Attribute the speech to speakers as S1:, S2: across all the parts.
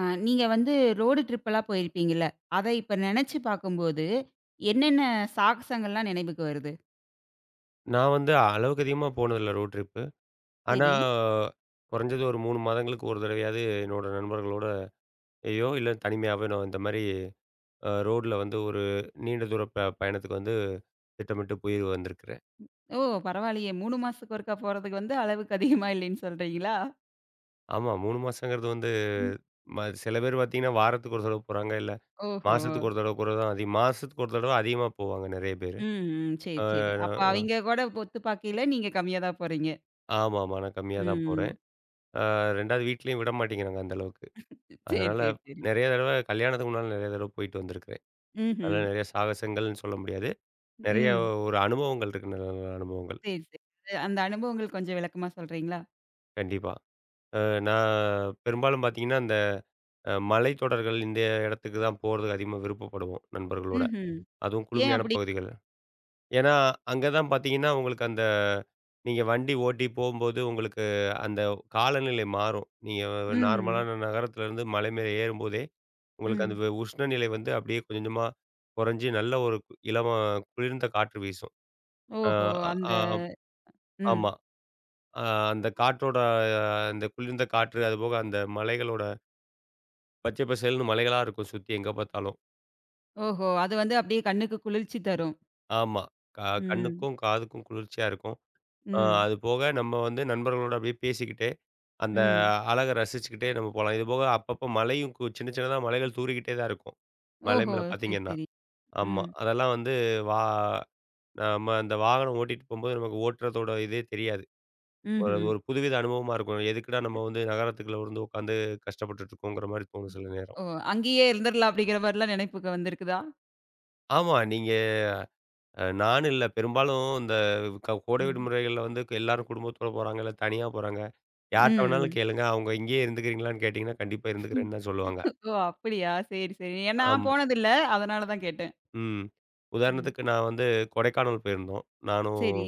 S1: நீங்க வந்து ரோடு ட்ரிப்பெல்லாம் போயிருப்பீங்கல்ல, அத இப்ப நெனச்சு பார்க்கும்போது, என்னென்ன சாகசங்கள்லாம் நினைவுக்கு வருது?
S2: நான் வந்து அளவுக்கு அதிகமா போனதில்ல ரோட் ட்ரிப்பு. ஆனா,
S1: சரி.
S2: குறைஞ்சது ஒரு 3 மாதங்களுக்கு ஒரு தடவையாவது என்னோட நண்பர்களோடயோ, இல்ல தனிமையாவே நான் இந்த மாரி ரோட்ல வந்து ஒரு நீண்ட தூர பயணத்துக்கு வந்து திட்டமிட்டு போய் வந்திருக்கிறேன்.
S1: ஓ! பரவாயில்லையே 3 மாசத்துக்கு ஒருக்கா போறதுக்கு வந்து அளவுக்கு அதிகமா இல்லைன்னு சொல்றீங்களா?
S2: ஆமா, 3 மாசங்கிறது வந்து
S1: ம்.
S2: சில பேர் பார்த்தீங்கன்னா, வாரத்துக்கு ஒரு தடவ போறாங்க, இல்ல
S1: ஓஹோ!
S2: மாசத்துக்கு ஒரு தடவ கூட தான் அதிகம். மாசத்துக்கு ஒரு தடவ அதிகமா போவாங்க நெறைய பேரு.
S1: ம், ம். சரி,
S2: அ
S1: சரி. அப்ப அவிங்க கூட ஒத்து பார்க்கையில நீங்க கம்மியா தான் போறீங்க.
S2: ஆமாமா. நான் கம்மியா தான் போறேன்.
S1: ம்.
S2: அ 2வது வீட்லயும் விட மாட்டேங்கிறாங்க அந்த அளவுக்கு.
S1: சரி,
S2: அதனால
S1: சரி, சரி.
S2: நெறைய தடவ கல்யாணத்துக்கு முன்னால நெறைய தடவ போயிட்டு வந்திருக்கேன்.
S1: ம்ஹ்ம்.
S2: அதெல்லாம் நெறைய சாகசங்கள்ன்னு சொல்ல முடியாது. நெறைய
S1: ம்.
S2: ஒரு அனுபவங்கள் இருக்கு. நல்ல நல்ல அனுபவங்கள்.
S1: ம் சரி, சரி. அது அந்த அனுபவங்கள் கொஞ்சம் விளக்கமா சொல்றீங்களா?
S2: கண்டிப்பா. அ நான் பெரும்பாலும் பார்த்தீங்கன்னா, அந்த மலைத்தொடர்கள் இந்த இடத்துக்கு தான் போறதுக்கு அதிகமா விருப்பப்படுவோம் நண்பர்களோட.
S1: ம்ஹ்ம்.
S2: அதுவும்
S1: ஏன்
S2: குளுமையான
S1: அப்படி?
S2: பகுதிகள். ஏன்னா, அங்க தான் பார்த்தீங்கன்னா, உங்களுக்கு அந்த நீங்க வண்டி ஓட்டி போம்போது உங்களுக்கு அந்த காலநிலை மாறும். நீங்க
S1: ம்ஹ்ம்.
S2: நார்மலான நகரத்திலேருந்து மலை மேல ஏறும்போதே, உங்களுக்கு அந்த
S1: ம்.
S2: உஷ்ணநிலை வந்து அப்படியே கொஞ்சம் கொஞ்சமா குறைஞ்சு நல்ல ஒரு இளம குளிர்ந்த காற்று வீசும். அ
S1: ஓஹோ!
S2: ஆ
S1: அந்த
S2: ஆ- ஆமா.
S1: ம்.
S2: ஆ அந்த காற்றோட அந்த குளிர்ந்த காற்று, அதுபோக அந்த மலைகளோட பச்சை பசேல்னு மலைகளா இருக்கும் சுத்தி எங்க பார்த்தாலும்.
S1: ஓஹோ! அது வந்து அப்படியே கண்ணுக்கு குளிர்ச்சி தரும்.
S2: ஆமா. க
S1: ம்.
S2: கண்ணுக்கும், காதுக்கும் குளிர்ச்சியா இருக்கும்.
S1: ம்.
S2: அது போக நம்ம வந்து நண்பர்களோட அப்படியே பேசிக்கிட்டே, அந்த
S1: ம்.
S2: அழக ரசிச்சுக்கிட்டே நம்ம போலாம். இதுபோக அப்பப்போ மலையும் சின்ன சின்னதா மலைகள் தூறிக்கிட்டே தான் இருக்கும் மலை
S1: ஓஹோ!
S2: மேல
S1: சரி,
S2: பார்த்தீங்கன்னா.
S1: சரி.
S2: ஆமா.
S1: ம்.
S2: அதெல்லாம் வந்து வா நம்ம அந்த வாகனம் ஓட்டிட்டு போம்போது நமக்கு ஓட்டுறதோட இதே தெரியாது. ஒரு அது
S1: ம்ஹ்ம்.
S2: ஒரு புதுவித அனுபவமா இருக்கும். எதுக்குடா நம்ம வந்து நகரத்துக்குள்ள வந்து உட்காந்து கஷ்டப்பட்டுட்டு இருக்கோங்கிற மாரி தோணும் சில நேரம்.
S1: ஓ! அங்கேயே இருந்துரலாம் அப்படிங்கிற மாரிலாம் நினைப்புக்கு வந்திருக்குதா?
S2: ஆமா. நீங்க நானு இல்ல. பெரும்பாலும் இந்த கோடை
S1: ம்.
S2: விடுமுறைகள்ல வந்து எல்லாரும் குடும்பத்தோட போறாங்க, இல்ல தனியா போறாங்க. யார்ட்ட வேணாலும்
S1: ம்.
S2: கேளுங்க. அவங்க இங்கேயே இருந்துக்கிறீங்களான்னு கேட்டீங்கன்னா, கண்டிப்பா
S1: ம்.
S2: இருந்துக்கிறேன்னு தான் சொல்லுவாங்க.
S1: ஓ! அப்படியா? சரி, சரி. ஏன் நான்
S2: ஆமா.
S1: போனதில்ல. அதனால தான் கேட்டேன்.
S2: ம்.
S1: ம்.
S2: உதாரணத்துக்கு நான் வந்து கொடைக்கானல் போயிருந்தோம். நானும்
S1: சரி.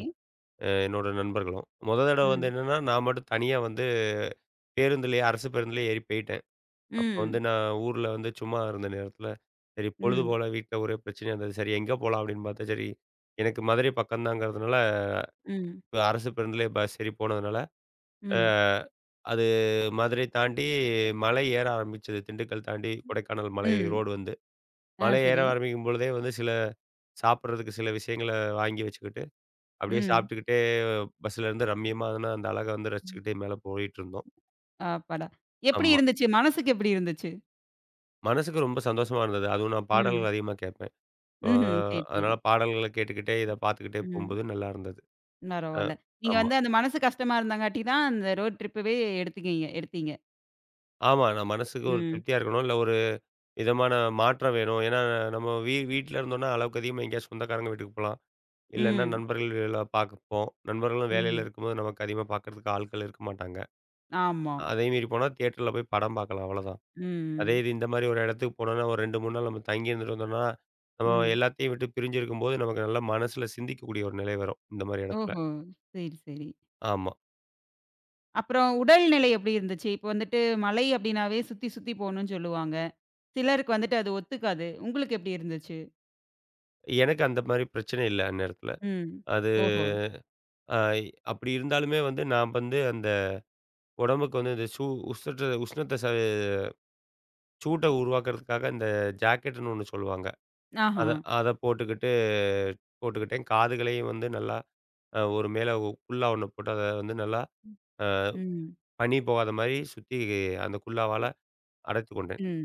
S2: என்னோட நண்பர்களும். மொத தடவ வந்து
S1: ம்.
S2: என்னன்னா, நான் மட்டும் தனியா வந்து பேருந்துலயே அரசு பேருந்துலயே ஏறி போயிட்டேன். அப்போ வந்து
S1: ம்.
S2: நான் ஊர்ல வந்து சும்மா இருந்த நேரத்துல, சரி பொழுது
S1: ம்.
S2: போல வீட்ல ஒரே பிரச்சனையா இருந்தது. சரி எங்க போலாம்? அப்படின்னு பார்த்தா, சரி எனக்கு மதுரை பக்கம் தாங்கிறதுனால
S1: ம்.
S2: அரசு பேருந்துலயே சரி போனதுனால, அ
S1: ம்.
S2: அது மதுரை தாண்டி மலை ஏற ஆரம்பிச்சது. திண்டுக்கல் தாண்டி கொடைக்கானல் மலை
S1: ம்.
S2: ரோடு வந்து.
S1: ஆ
S2: மலை ஏற
S1: சரி.
S2: ஆரம்பிக்கும் பொழுதே வந்து சில சாப்பிடுறதுக்கு சில விஷயங்கள வாங்கி வச்சுக்கிட்டு, அப்படியே
S1: ம்.
S2: சாப்பிட்டுக்கிட்டே பஸ்ஸுலேருந்து ரம்மியமான அந்த அழக வந்து
S1: ம்.
S2: ரசிச்சுக்கிட்டே மேல போயிட்டுருந்தோம்.
S1: அப்பாடா! எப்படி
S2: ஆமா.
S1: இருந்துச்சு? மனசுக்கு எப்படி இருந்துச்சு?
S2: மனசுக்கு ரொம்ப சந்தோஷமா இருந்தது. அதுவும் நான்
S1: ம்.
S2: பாடல்கள் அதிகமா கேட்பேன். அ
S1: ம்ஹ்ம். சரி,
S2: அதனால
S1: சரி.
S2: பாடல்கள கேட்டுக்கிட்டே, இத பார்த்துக்கிட்டே
S1: ம்.
S2: போம்போது நல்லா இருந்தது. அ
S1: பரவால்ல. நீங்க
S2: ஆமா,
S1: வந்து அந்த மனசு கஷ்டமா இருந்தங்காட்டி தான் அந்த ரோட் ட்ரிப்பவே எடுத்தீங்க.
S2: ஆமா. நான் மனசுக்கு ஒரு
S1: ம்.
S2: திருப்தியா இருக்கணும். இல்ல ஒரு விதமான மாற்றம் வேணும். ஏன்னா, நம்ம வீட்ல இருந்தோம்னா, அளவுக்கு அதிகமா எங்கேயாவது சொந்தக்காரங்க வீட்டுக்கு போலாம். இல்லன்னா,
S1: ம்.
S2: நண்பர்கள பார்ப்போம். நண்பர்களும் வேலையில
S1: ம்.
S2: இருக்கும்போது, நமக்கு அதிகமா பார்க்கறதுக்கு ஆட்கள் இருக்க மாட்டாங்க.
S1: ஆமா.
S2: அதே மீறி போனா தியேட்டர்ல போய் படம் பார்க்கலாம் அவ்வளோதான். அதே
S1: ம்.
S2: இது இந்த மாரி ஒரு இடத்துக்கு போனோம்னா, ஒரு 2, 3 நாள் நம்ம தங்கி இருந்துட்டு வந்தோம்னா, நம்ம
S1: ம்.
S2: எல்லாத்தையும் விட்டு பிரிஞ்சிருக்கும்போது, நமக்கு நல்லா மனசுல சிந்திக்கக்கூடிய ஒரு நிலை வரும் இந்த மாரி இடத்துல.
S1: ஓஹோ! சரி, சரி.
S2: ஆமா.
S1: அப்புறம் உடல்நிலை எப்படி இருந்துச்சு? இப்போ வந்துட்டு மலை அப்படின்னாவே சுத்தி சுத்தி போணும்னு சொல்லுவாங்க. சிலருக்கு வந்துட்டு அது ஒத்துக்காது. உங்களுக்கு எப்படி இருந்துச்சு?
S2: எனக்கு அந்த மாரி பிரச்சனை இல்ல அந்நேரத்துல.
S1: ம்.
S2: அது
S1: ஓஹோ!
S2: அ அப்படி இருந்தாலுமே வந்து, நான் வந்து அந்த உடம்புக்கு வந்து இந்த உஷ்ணத்த உஷ்ணத்த சூட்ட உருவாக்குறதுக்காக இந்த ஜாக்கெட்டுன்னு ஒண்ணு சொல்லுவாங்க.
S1: ஆஹா.
S2: அத அத போட்டுக்கிட்டு போட்டுக்கிட்டேன். காதுகளையும் வந்து நல்லா ஒரு மேல குல்லா ஒண்ணு போட்டு அத வந்து நல்லா
S1: ம்.
S2: பனி போகாத மாரி சுத்தி அந்த குல்லாவால அடைத்துக் கொண்டேன்.
S1: ம்.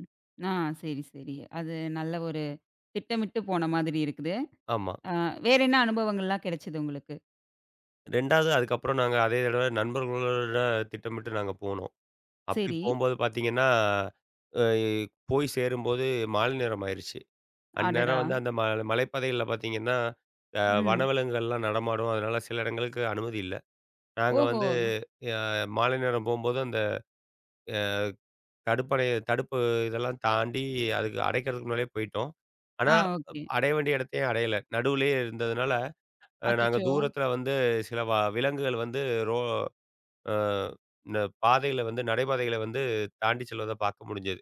S1: ஆ சரி, சரி. அது நல்ல ஒரு திட்டமிட்டு போன மாதிரி இருக்குது.
S2: ஆமா.
S1: ஆ வேற என்ன அனுபவங்கள்லாம் கிடைச்சது உங்களுக்கு?
S2: 2வது அதுக்கப்புறம் நாங்க அதே தடவ நண்பர்களோட திட்டமிட்டு நாங்க போனோம். அப்படி
S1: சரி.
S2: போம்போது பார்த்தீங்கன்னா, அ போய் சேரும்போது மாலை நேரம் ஆயிருச்சு.
S1: அடடா!
S2: அந்நேரம் வந்து அந்த மலைப்பாதைகள்ல பார்த்தீங்கன்னா, அ
S1: ம்.
S2: வனவிலங்குகள்லாம் நடமாடும். அதனால சில இடங்களுக்கு அனுமதி இல்ல. நாங்க
S1: ஓஹோ!
S2: வந்து ய மாலை நேரம் போம்போது அந்த அ தடுப்பணை இதெல்லாம் தாண்டி அதுக்கு அடைக்கிறதுக்கு முன்னாலயே போயிட்டோம். ஆனா,
S1: ஆ ஓகே.
S2: அடைய வேண்டிய இடத்தையே அடையல. நடுவுலயே இருந்ததுனால, நாங்க
S1: அச்சச்சோ!
S2: தூரத்தில வந்து சில விலங்குகள் வந்து ரோ அ இந்த பாதையில வந்து நடைபாதைகள வந்து தாண்டி செல்வத பார்க்க முடிஞ்சது.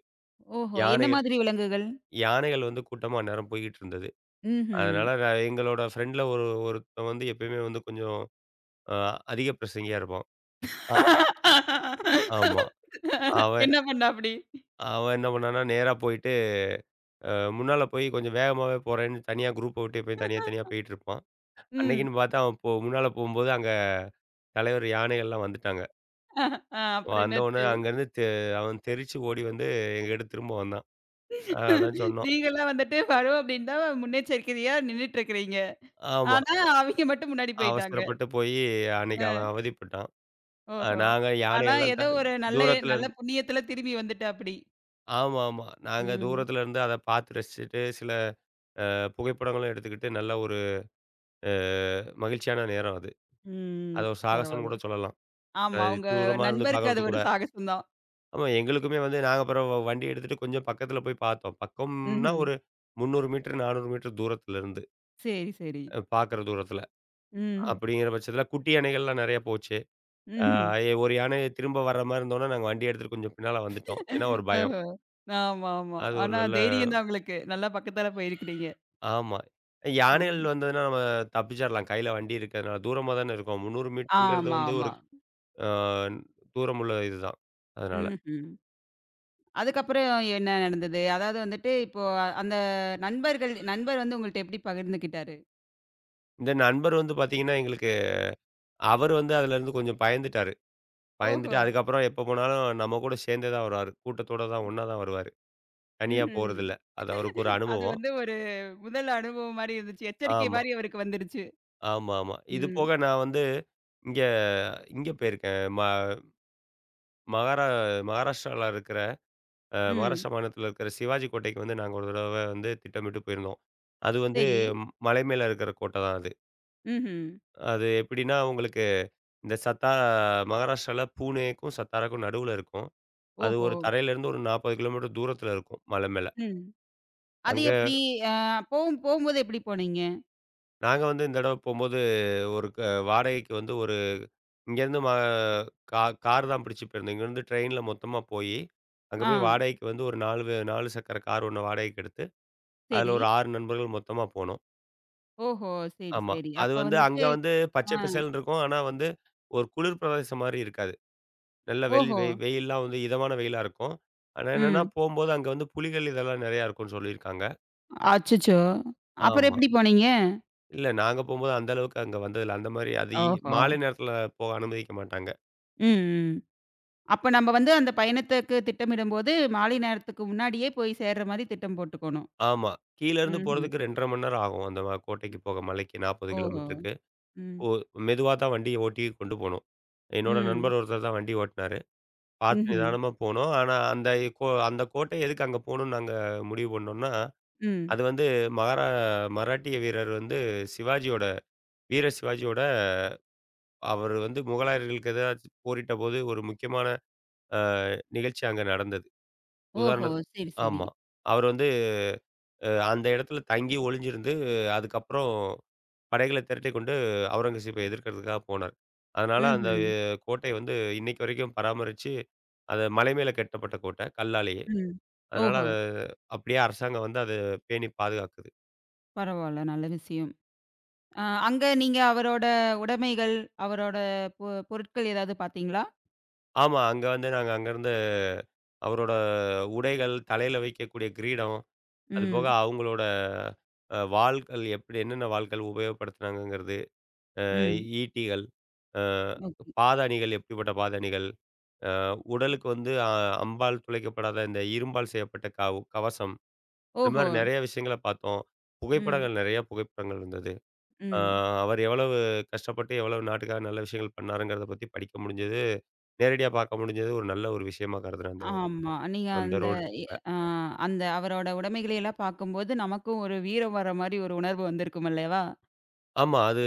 S1: ஓஹோ! என்ன
S2: யானைகள்
S1: மாதிரி விலங்குகள்?
S2: யானைகள் வந்து கூட்டமா அந்நேரம் போய்க்கிட்டு இருந்தது.
S1: ம்ஹ்ம்.
S2: அதனால எங்களோட ஃப்ரெண்ட்ல ஒரு ஒருத்தன் வந்து எப்பயுமே வந்து கொஞ்சம் அ அதிக பிரசங்கியா இருப்பான். அ ஆமா. அவன்
S1: என்ன பண்ணாப்டி?
S2: அவன் என்ன பண்ணான்னா, நேரா போயிட்டு அ முன்னால போய் கொஞ்சம் வேகமாவே போறேன்னு தனியா குரூப்ப விட்டு எப்பயும் தனியா, தனியா போயிட்டுருப்பான்.
S1: ம்.
S2: அன்னைக்குன்னு பார்த்தா அவன் முன்னால போம்போது அங்க தலைவர் யானைகள்லாம் வந்துட்டாங்க.
S1: ஆ அப்புறம்
S2: வந்தவுனே
S1: என்னாச்சு?
S2: அங்கருந்து அவன் தெறிச்சு ஓடி வந்து எங்ககிட்ட திரும்ப வந்தான். அதான் சொன்னோம்.
S1: நீங்கலாம் வந்துட்டு வரும் அப்டின்னு தான் முன்னெச்சரிக்கையா நின்னுட்டு இருக்கிறீங்க.
S2: ஆமா.
S1: ஆனா, அவிங்க மட்டும் முன்னாடி போயிட்டாங்க.
S2: அவசரப்பட்டு போயி அன்னைக்கு
S1: அ
S2: அவன் அவதிப்பட்டான்.
S1: ஓஹோ!
S2: நாங்க
S1: ஆனா,
S2: யானைகள்லாம்
S1: ஏதோ ஒரு நல்ல
S2: தூரத்துல
S1: நல்ல
S2: இருந்து
S1: புண்ணியத்துல திரும்பி வந்துட்டாப்டி.
S2: ஆமா, ஆமா. நாங்க
S1: ம்.
S2: தூரத்துல இருந்து அத பார்த்து ரசிச்சுட்டு, சில புகைப்படங்களும் எடுத்துக்கிட்டு நல்ல ஒரு அ மகிழ்ச்சியான நேரம் அது.
S1: ம்.
S2: அது ஒரு சாகசம்னு
S1: பரவால்ல.
S2: கூட சொல்லலாம்.
S1: ஆமா.
S2: அது
S1: உங்க
S2: தூரமா இருந்து
S1: நண்பருக்கு அது
S2: பார்க்கறதுக்கு
S1: ஒரு
S2: கூட.
S1: சாகசம் தான்.
S2: ஆமா. எங்களுக்குமே வந்து நாங்க அப்புறம் வண்டி எடுத்துட்டு கொஞ்சம் பக்கத்துல போய் பார்த்தோம். பக்கம்ன்னா
S1: ம்ஹ்ம்.
S2: ஒரு 300 மீட்டர், 400 மீட்டர் தூரத்துல இருந்து
S1: சரி, சரி.
S2: பார்க்குற தூரத்துல.
S1: ம்.
S2: அப்படிங்கிற பட்சத்துல குட்டி யானைகள்லாம் நெறைய போச்சு. ஆ
S1: ம்ஹ்ம்.
S2: எ ஒரு யானை திரும்ப வர்ற மாரி இருந்தோனே நாங்க வண்டி எடுத்துட்டு கொஞ்சம் பின்னால வந்துட்டோம். ஏன்னா ஒரு பயம்.
S1: ஓஹோ! ஆமா, ஆமா.
S2: அது ஒரு
S1: ஆனா
S2: நல்ல
S1: தைரியம் தான் உங்களுக்கு. நல்லா பக்கத்தால போயிருக்கிறீங்க.
S2: ஆமா. யானைகள்
S1: ம்.
S2: வந்ததுன்னா நம்ம தப்பிச்சிரலாம். கையில வண்டி இருக்கிறதுனால. தூரமா தானே இருக்கோம். 300 மீட்டருங்கிறது
S1: ஆமா,
S2: வந்து ஒரு
S1: ஆமா.
S2: ஆ தூரமுள்ள இதுதான். அதனால.
S1: ம்ஹ்ம். அதுக்கப்புறம் என்ன நடந்தது? அதாவது வந்துட்டு இப்போ அந்த நண்பர் வந்து உங்கள்ட்ட எப்படி பகிர்ந்துக்கிட்டாரு?
S2: இந்த நண்பர் வந்து பார்த்தீங்கன்னா, எங்களுக்கு அவர் வந்து அதுலருந்து கொஞ்சம் பயந்துட்டாரு. பயந்துட்டு
S1: ஓஹோ!
S2: அதுக்கப்புறம் எப்போ போனாலும் நம்ம கூட சேர்ந்தே தான் வருவாரு. கூட்டத்தோட தான் ஒண்ணா தான் வருவாரு. தனியா
S1: ம்ஹ்ம்.
S2: போறதில்ல. அது அவருக்கு ஒரு
S1: அது
S2: அனுபவம்.
S1: வந்து ஒரு முதல் அனுபவம் மாரி இருந்துச்சு. எச்சரிக்கை
S2: ஆமா,
S1: மாரி அவருக்கு வந்துருச்சு.
S2: ஆமா, ஆமா. இது
S1: ம்.
S2: போக நான் வந்து இங்க இங்க போயிருக்கேன். ம மகாரா மகாராஷ்டிரால இருக்கிற
S1: ம்.
S2: மகாராஷ்டிரா மாநிலத்தில இருக்கிற சிவாஜி கோட்டைக்கு வந்து நாங்க ஒரு தடவ வந்து திட்டமிட்டு போயிருந்தோம். அது வந்து
S1: சரி.
S2: மலை மேல இருக்கிற கோட்டை தான் அது.
S1: ம்ஹ்ம்.
S2: அது எப்படின்னா உங்களுக்கு இந்த மகாராஷ்டிரால பூனேக்கும், சத்தாராக்கும் நடுவுல இருக்கும். அது
S1: ஓஹோ!
S2: ஒரு தரையிலேருந்து ஒரு 40 கிலோமீட்டர் தூரத்தில இருக்கும் மலை மேல.
S1: ம். அது
S2: அங்க
S1: எப்படி? அ போகும்போது எப்படி போனீங்க?
S2: நாங்க வந்து இந்த தடவ போம்போது, ஒரு வாடகைக்கு வந்து ஒரு இங்கேருந்து ம கா கார் தான் பிடிச்சு போயிருந்தோம். இங்கேருந்து ட்ரெயின்ல மொத்தமா போயி, அங்க
S1: ஆ.
S2: போய் வாடகைக்கு வந்து ஒரு 4 வே 4 சக்கர கார் ஒண்ணு வாடகைக்கு எடுத்து, அதுல
S1: சரி.
S2: ஒரு 6 நண்பர்கள் மொத்தமா போனோம்.
S1: ஓஹோ! சரி,
S2: ஆமா.
S1: சரி.
S2: அது
S1: அப்ப
S2: வந்து அங்க
S1: வந்துட்டு
S2: வந்து
S1: ஆ.
S2: பச்சை பசேல்னு இருக்கும். ஆனா வந்து ஒரு குளிர் பிரதேசம் மாரி இருக்காது. நல்ல வெள்
S1: ஓஹோ!
S2: வெ வெயில்லாம் வந்து இதமான வெயிலா இருக்கும். ஆனா என்னன்னா,
S1: ம்.
S2: போம்போது அங்க வந்து புலிகள் இதெல்லாம் நெறையா இருக்கும்ன்னு சொல்லியிருக்காங்க.
S1: அச்சச்சோ! அப்புறம்
S2: ஆமா.
S1: எப்படி போனீங்க?
S2: இல்ல நாங்க போம்போது அந்த அளவுக்கு அங்க வந்ததில்ல. அந்த மாரி அது
S1: ஓஹோ!
S2: மாலை நேரத்தில போக அனுமதிக்க மாட்டாங்க.
S1: ம், ம். அப்ப நம்ம வந்து அந்த பயணத்துக்கு திட்டமிடும்போது, மாலை நேரத்துக்கு முன்னாடியே போய் சேர்ற மாரி திட்டம் போட்டுக்கணும்.
S2: ஆமா. கீழ இருந்து
S1: ம்ஹ்ம்.
S2: போறதுக்கு 2 1/2 மணி நேரம் ஆகும். அந்த கோட்டைக்கு போக மலைக்கு 40
S1: ஓஹோ!
S2: கிலோமீட்டருக்கு.
S1: ம்,
S2: ஓ மெதுவா தான் வண்டிய ஓட்டி கொண்டு போணும். என்னோட
S1: ம்,
S2: நண்பர் ஒருத்தர் தான் வண்டி ஓட்டுனாரு. பார்த்து
S1: ம்ஹ்ம்,
S2: நிதானமா போனோம். ஆனா அந்த அந்த கோட்டை எதுக்கு அங்க போணும்னு நாங்க முடிவு பண்ணோம்னா,
S1: ம்.
S2: அது வந்து மகாரா மராட்டிய வீரர் வந்து சிவாஜியோட வீர சிவாஜியோட அவர் வந்து முகலாயர்களுக்கு எதிராச்சு போரிட்டபோது ஒரு முக்கியமான அ நிகழ்ச்சி அங்க நடந்தது.
S1: ஓஹோ!
S2: உதாரணத்துக்கு
S1: சரி, சரி.
S2: ஆமா. அவர் வந்து அந்த இடத்துல தங்கி ஒளிஞ்சிருந்து அதுக்கப்புறம் படைகளை திரட்டிக்கொண்டு அவுரங்கசீப்பை எதிர்க்கிறதுக்காக போனார். அதனால அந்த
S1: ம்ஹ்ம்,
S2: கோட்டை வந்து இன்னைக்கு வரைக்கும் பராமரிச்சு, அத மலை மேல கட்டப்பட்ட கோட்டை, கல்லாலேயே.
S1: ம்.
S2: அதனால
S1: ஓஹோ!
S2: அத அப்படியே அரசாங்கம் வந்து அத பேணி பாதுகாக்குது.
S1: பரவால்ல. நல்ல விஷயம். அ அங்க நீங்க அவரோட உடைமைகள், அவரோட பொ பொருட்கள் ஏதாவது பார்த்தீங்களா?
S2: ஆமா, அங்க வந்து நாங்க அங்கருந்து அவரோட உடைகள், தலையில வைக்கக்கூடிய கிரீடம், அதுபோக
S1: ம்,
S2: அவங்களோட வாள்கள் எப்படி என்னென்ன வாள்கள் உபயோகப்படுத்துனாங்கங்கிறது, அ
S1: ம்.
S2: ஈட்டிகள், அ
S1: ஓகே.
S2: பாதாணிகள் எப்படிப்பட்ட பாதாணிகள், அ உடலுக்கு வந்து அம்பால் துளைக்கப்படாத இந்த இரும்பால் செய்யப்பட்ட கவசம். இந்த
S1: ஓஹோ!
S2: மாரி நெறைய விஷயங்கள பார்த்தோம்.
S1: ம்,
S2: புகைப்படங்கள் நெறைய புகைப்படங்கள் இருந்தது. அ
S1: ம்.
S2: அவர் எவ்வளவு கஷ்டப்பட்டு, எவ்வளவு நாட்டுக்காக நல்ல விஷயங்கள் பண்ணாருங்கிறத பத்தி படிக்க முடிஞ்சது. நேரடியா பார்க்க முடிஞ்சது ஒரு நல்ல ஒரு விஷயமா கருதுறேன் அந்த
S1: ஆமா. நீங்க
S2: அந்த
S1: அந்த
S2: ரோடு
S1: எ
S2: ட்ரிப்ல.
S1: அ அந்த அவரோட உடைமைகளை எல்லாம் பார்க்கும்போது, நமக்கும் ஒரு வீரம் வர மாரி ஒரு உணர்வு வந்திருக்கும் அல்லவா?
S2: ஆமா, அது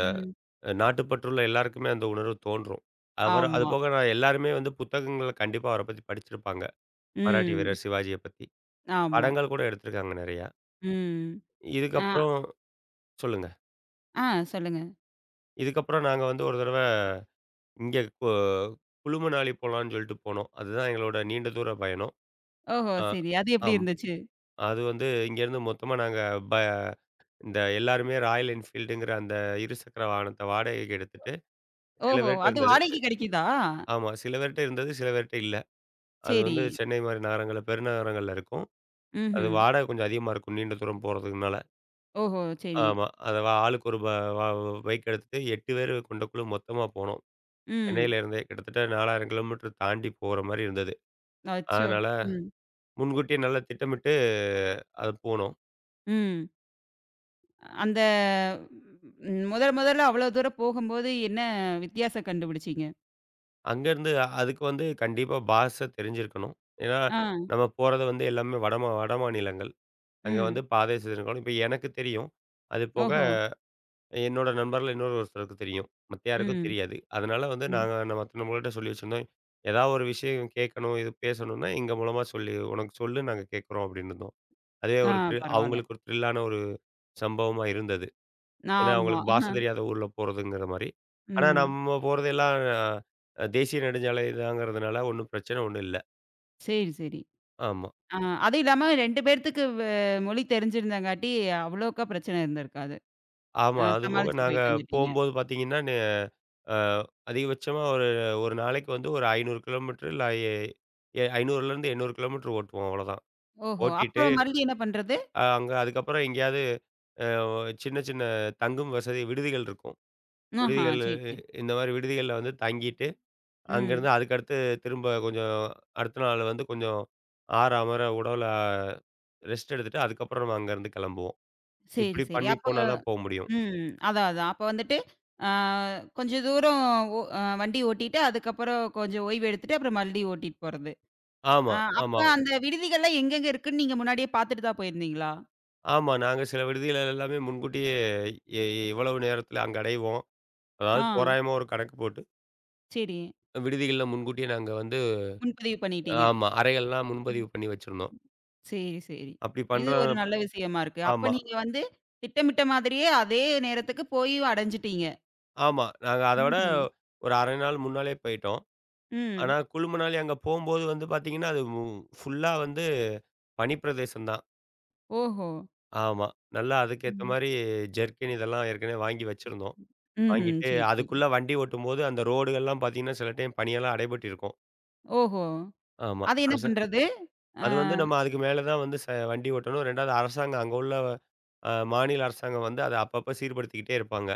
S1: ம்.
S2: நாட்டுப்பற்றுள்ள எல்லாருக்குமே அந்த உணர்வு தோன்றும். அவர்
S1: ஆமா.
S2: அதுபோக நான் எல்லாருமே வந்து புத்தகங்கள்ல கண்டிப்பா அவர பத்தி படிச்சிருப்பாங்க. மராட்டி
S1: ம்.
S2: வீரர் சிவாஜிய பத்தி.
S1: ஆமா.
S2: படங்கள் கூட எடுத்திருக்காங்க நெறையா.
S1: ம். அ
S2: இதுக்கப்புறம் சொல்லுங்க.
S1: ஆ சொல்லுங்க.
S2: இதுக்கப்புறம் நாங்க வந்து ஒரு தடவ இங்க குளுமணாலி போலான்னு சொல்லிட்டு போனோம். அதுதான் எங்களோட நீண்ட தூர பயணம்.
S1: ஓஹோ!
S2: அ
S1: சரி. அது எப்படி
S2: ஆம்.
S1: இருந்துச்சு?
S2: அது வந்து இங்கேருந்து மொத்தமா நாங்க ப இந்த எல்லாருமே ராயல் என்ஃபீல்டுங்கிற அந்த இருசக்கர வாகனத்த வாடகைக்கு எடுத்துட்டு, சில
S1: ஓஹோ!
S2: பேர்ட்ட
S1: அது
S2: இருந்தது.
S1: வாடகைக்கு கிடைக்குதா?
S2: ஆமா. சில பேர்ட்ட இருந்தது, சில பேர்ட்ட இல்ல. அது
S1: சரி.
S2: வந்து சென்னை மாரி நகரங்கள்ல பெருநகரங்கள்ல இருக்கும். அது
S1: ம்ஹ்ம்.
S2: வாடகை கொஞ்சம் அதிகமா இருக்கும், நீண்ட தூரம் போறதுனால.
S1: ஓஹோ! சரி.
S2: ஆமா. அத ஆளுக்கு ஒரு ப வ பைக் எடுத்துட்டு 8 பேர் கொண்ட குழு மொத்தமா போனோம்.
S1: ம்.
S2: சென்னையில இருந்தே கிட்டத்தட்ட 4000 கிலோமீட்டர் தாண்டி போற மாரி இருந்தது.
S1: அச்சோ!
S2: அதனால
S1: ம்.
S2: முன்கூட்டியே நல்லா திட்டமிட்டு அது போனோம்.
S1: ம். அந்த ம் முதல் முதல்ல அவ்வளோ தூரம் போகும்போது என்ன வித்தியாசம் கண்டுபிடிச்சீங்க?
S2: அங்கேருந்து அதுக்கு வந்து கண்டிப்பா பாஷ தெரிஞ்சிருக்கணும். ஏன்னா,
S1: ஆ.
S2: நம்ம போறது வந்து எல்லாமே வடமாநிலங்கள். அங்க வந்து
S1: ம்.
S2: பாதை வசதி இப்ப எனக்கு தெரியும். அது போக
S1: ஓஹோ!
S2: என்னோட நண்பர்ல இன்னொரு ஒருத்தருக்கு தெரியும். மத்த யாருக்கும்
S1: ம்,
S2: தெரியாது. அதனால வந்து
S1: ம்.
S2: நாங்க நம்மள்ட்ட சொல்லி வச்சிருந்தோம். ஏதாவது ஒரு விஷயம் கேட்கணும், இது பேசணும்னா எங்க மூலமா சொல்லி உனக்கு சொல்லு நாங்க கேட்குறோம் அப்படின்னு இருந்தோம். அதுவே
S1: ஆ
S2: ஒரு த்ரில்
S1: பரவால்ல.
S2: அவங்களுக்கு ஒரு த்ரில்லான ஒரு சம்பவமா இருந்தது. ஏன்னா,
S1: ஆமா.
S2: அவங்களுக்கு பாஷ தெரியாத ஊர்ல போறதுங்கிற மாரி. ஆனா,
S1: ம்.
S2: நம்ம போறதெல்லாம் தேசிய நெடுஞ்சாலை தாங்கிறதுனால ஒண்ணும் பிரச்சனை ஒண்ணும் இல்ல.
S1: சரி, சரி.
S2: ஆமா.
S1: ஆ அதுவும் இல்லாம 2 பேர்த்துக்கு மொழி தெரிஞ்சிருந்தங்காட்டி அவ்வளோக்கா பிரச்சனை இருந்திருக்காது.
S2: ஆமா. அதுபோக
S1: சமாளிச்சு
S2: நாங்க
S1: போயிட்டு வந்துட்டீங்க.
S2: போம்போது பார்த்தீங்கன்னா, நெ அ அதிகபட்சமா ஒரு ஒரு நாளைக்கு வந்து ஒரு 500 கிலோமீட்டர் இல்ல எ எ 500லேருந்து 800 கிலோமீட்டர் ஓட்டுவோம் அவ்வளோதான்.
S1: ஓஹோ!
S2: ஓட்டிட்டு
S1: அப்புறம் மறுபடியும் என்ன பண்றது?
S2: அங்க அதுக்கப்புறம் எங்கேயாவது அ சின்ன சின்ன தங்கும் வசதி விடுதிகள் இருக்கும்.
S1: ஆஹா!
S2: விடுதிகள்
S1: சரி, சரி.
S2: இந்த மாரி விடுதிகள்ல வந்து தங்கிட்டு
S1: ம்.
S2: அங்கேருந்து அதுக்கடுத்து திரும்ப கொஞ்சம் அடுத்த நாள் வந்து கொஞ்சம் ஆற, அமர உடல ரெஸ்ட் எடுத்துட்டு அதுக்கப்புறம் நம்ம அங்கேருந்து கிளம்புவோம்.
S1: சரி,
S2: இப்படி
S1: சரி.
S2: பண்ணி
S1: அப்ப
S2: போனா தான் போ முடியும்.
S1: ம். அதான், அதான். அப்ப வந்துட்டு ஆ கொஞ்சம் தூரம் ஒ அ வண்டி ஓட்டிட்டு, அதுக்கப்புறம் கொஞ்சம் ஓய்வு எடுத்துட்டு, அப்புறம் மறுபடியும் ஓட்டிட்டு போறது. ஆ
S2: ஆமா,
S1: அப்ப
S2: ஆமா,
S1: அந்த விடுதிகள்லாம் எங்கெங்க இருக்குன்னு நீங்க முன்னாடியே பார்த்துட்டு தான் போயிருந்தீங்களா?
S2: ஆமா. நாங்க சில விடுதிகள் எல்லாமே முன்கூட்டியே எ இவ்வளவு நேரத்தில அங்க அடைவோம்.
S1: ஆ.
S2: அதாவது தோராயமா ஒரு கணக்கு போட்டு
S1: சரி.
S2: விடுதிகள்ல முன்கூட்டியே நாங்க வந்து
S1: முன்பதிவு பண்ணிட்டீங்க.
S2: ஆமா அறைகள்லாம்
S1: ம்.
S2: முன்பதிவு பண்ணி வச்சிருந்தோம்.
S1: சரி, சரி.
S2: அப்படி பண்ற
S1: இது ஒரு நல்ல விஷயமா இருக்கு. அப்ப
S2: ஆமா,
S1: நீங்க வந்து திட்டமிட்ட மாதிரியே அதே நேரத்துக்கு போய் அடைஞ்சுட்டீங்க.
S2: ஆமா. நாங்க அத விட
S1: ம்ஹ்ம்.
S2: ஒரு 1/2 நாள் முன்னாலே போயிட்டோம். ஆனா,
S1: ம்.
S2: குளுமணாலி அங்க போம்போது வந்து பார்த்தீங்கன்னா, அது ஃபுல்லா வந்து பனி பிரதேசம் தான்.
S1: ஓஹோ!
S2: ஆமா. நல்லா அதுக்கேத்த
S1: ம்.
S2: மாரி ஜெர்கின் இதெல்லாம் ஏற்கனவே வாங்கி வச்சிருந்தோம்.
S1: ம்ஹ்ம்.
S2: வாங்கிட்டு
S1: சரி, சரி.
S2: அதுக்குள்ள வண்டி ஓட்டும்போது அந்த ரோடுகள்லாம் பார்த்தீங்கன்னா, சில டைம் பனியால அடைபட்டிருக்கும்.
S1: ஓஹோ!
S2: ஆமா.
S1: அது என்ன பண்றது? ஆ.
S2: அது வந்து நம்ம அதுக்கு மேல தான் வந்து வண்டி ஓட்டணும். 2வது அரசாங்கம் அங்க உள்ள மாநில அரசாங்கம் வந்து அத அப்பப்ப சீர்படுத்திக்கிட்டே இருப்பாங்க.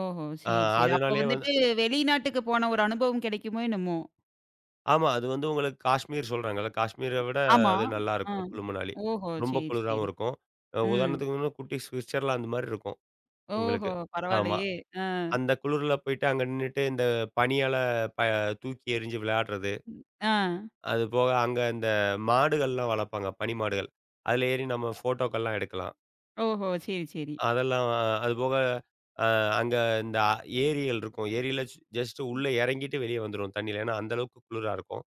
S1: ஓஹோ!
S2: அ
S1: சரி, சரி. அப்ப
S2: அதனாலேயே வந்
S1: வந்துட்டு வெளிநாட்டுக்கு போன ஒரு அனுபவம் கிடைக்குமோ என்னமோ?
S2: ஆமா. அது வந்து உங்களுக்கு காஷ்மீர் சொல்றாங்கல்ல. காஷ்மீர விட
S1: ஆமா.
S2: அது
S1: ஆ.
S2: நல்லாருக்கும் குளு மணாலி.
S1: ஓஹோ!
S2: ரொம்ப
S1: சரி,
S2: குளிராவும்
S1: சரி.
S2: இருக்கும்.
S1: ம்.
S2: உதாரணத்துக்கு வந்து குட்டி ஸ்விட்சர்லாந்து மாரி இருக்கும்
S1: ஓஹோ!
S2: உங்களுக்கு. ஆமா.
S1: பரவாயில்லையே! ஆ.
S2: அந்த குளிர்ல போயிட்டு அங்க நின்னுட்டு இந்த பனியால ப தூக்கி எறிஞ்சு விளையாடுறது.
S1: ம். ஆ.
S2: அது போக அங்க இந்த மாடுகள்லாம் வளர்ப்பாங்க. பனி மாடுகள். அதுல ஏறி நம்ம ஃபோட்டோக்கள்லாம் எடுக்கலாம்.
S1: ஓஹோ! சரி, சரி.
S2: அதெல்லாம் அதுபோக அ அங்க இந்த ஏரிகள் இருக்கும். ஏரியில ஜஸ்ட் உள்ள இறங்கிட்டு வெளிய வந்துருவோம் தண்ணியில. ஏன்னா அந்த அளவுக்கு குளிரா இருக்கும்.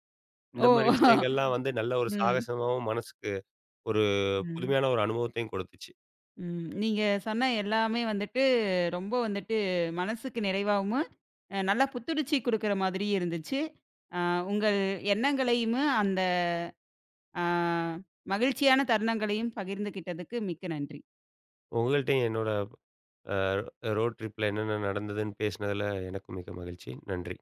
S2: இந்த
S1: ஓ!
S2: மாரி விஷயங்கள்லாம் வந்து நல்ல ஒரு
S1: ம்.
S2: சாகசமாவும், மனசுக்கு ஒரு
S1: ம்.
S2: புதுமையான ஒரு அனுபவத்தையும் கொடுத்துச்சு.
S1: ம். நீங்க சொன்ன எல்லாமே வந்துட்டு, ரொம்ப வந்துட்டு மனசுக்கு நிறைவாவும், நல்லா புத்துணர்ச்சி குடுக்குற மாதிரி இருந்துச்சு. அ உங்கள் எண்ணங்களையும், அந்த அ மகிழ்ச்சியான தருணங்களையும் பகிர்ந்துகிட்டதுக்கு மிக்க நன்றி.
S2: உங்கள்ட்டயும் என்னோட அ ரோட் ட்ரிப்ல என்னென்ன நடந்ததுன்னு பேசினதுல எனக்கும் மிக்க மகிழ்ச்சி. நன்றி.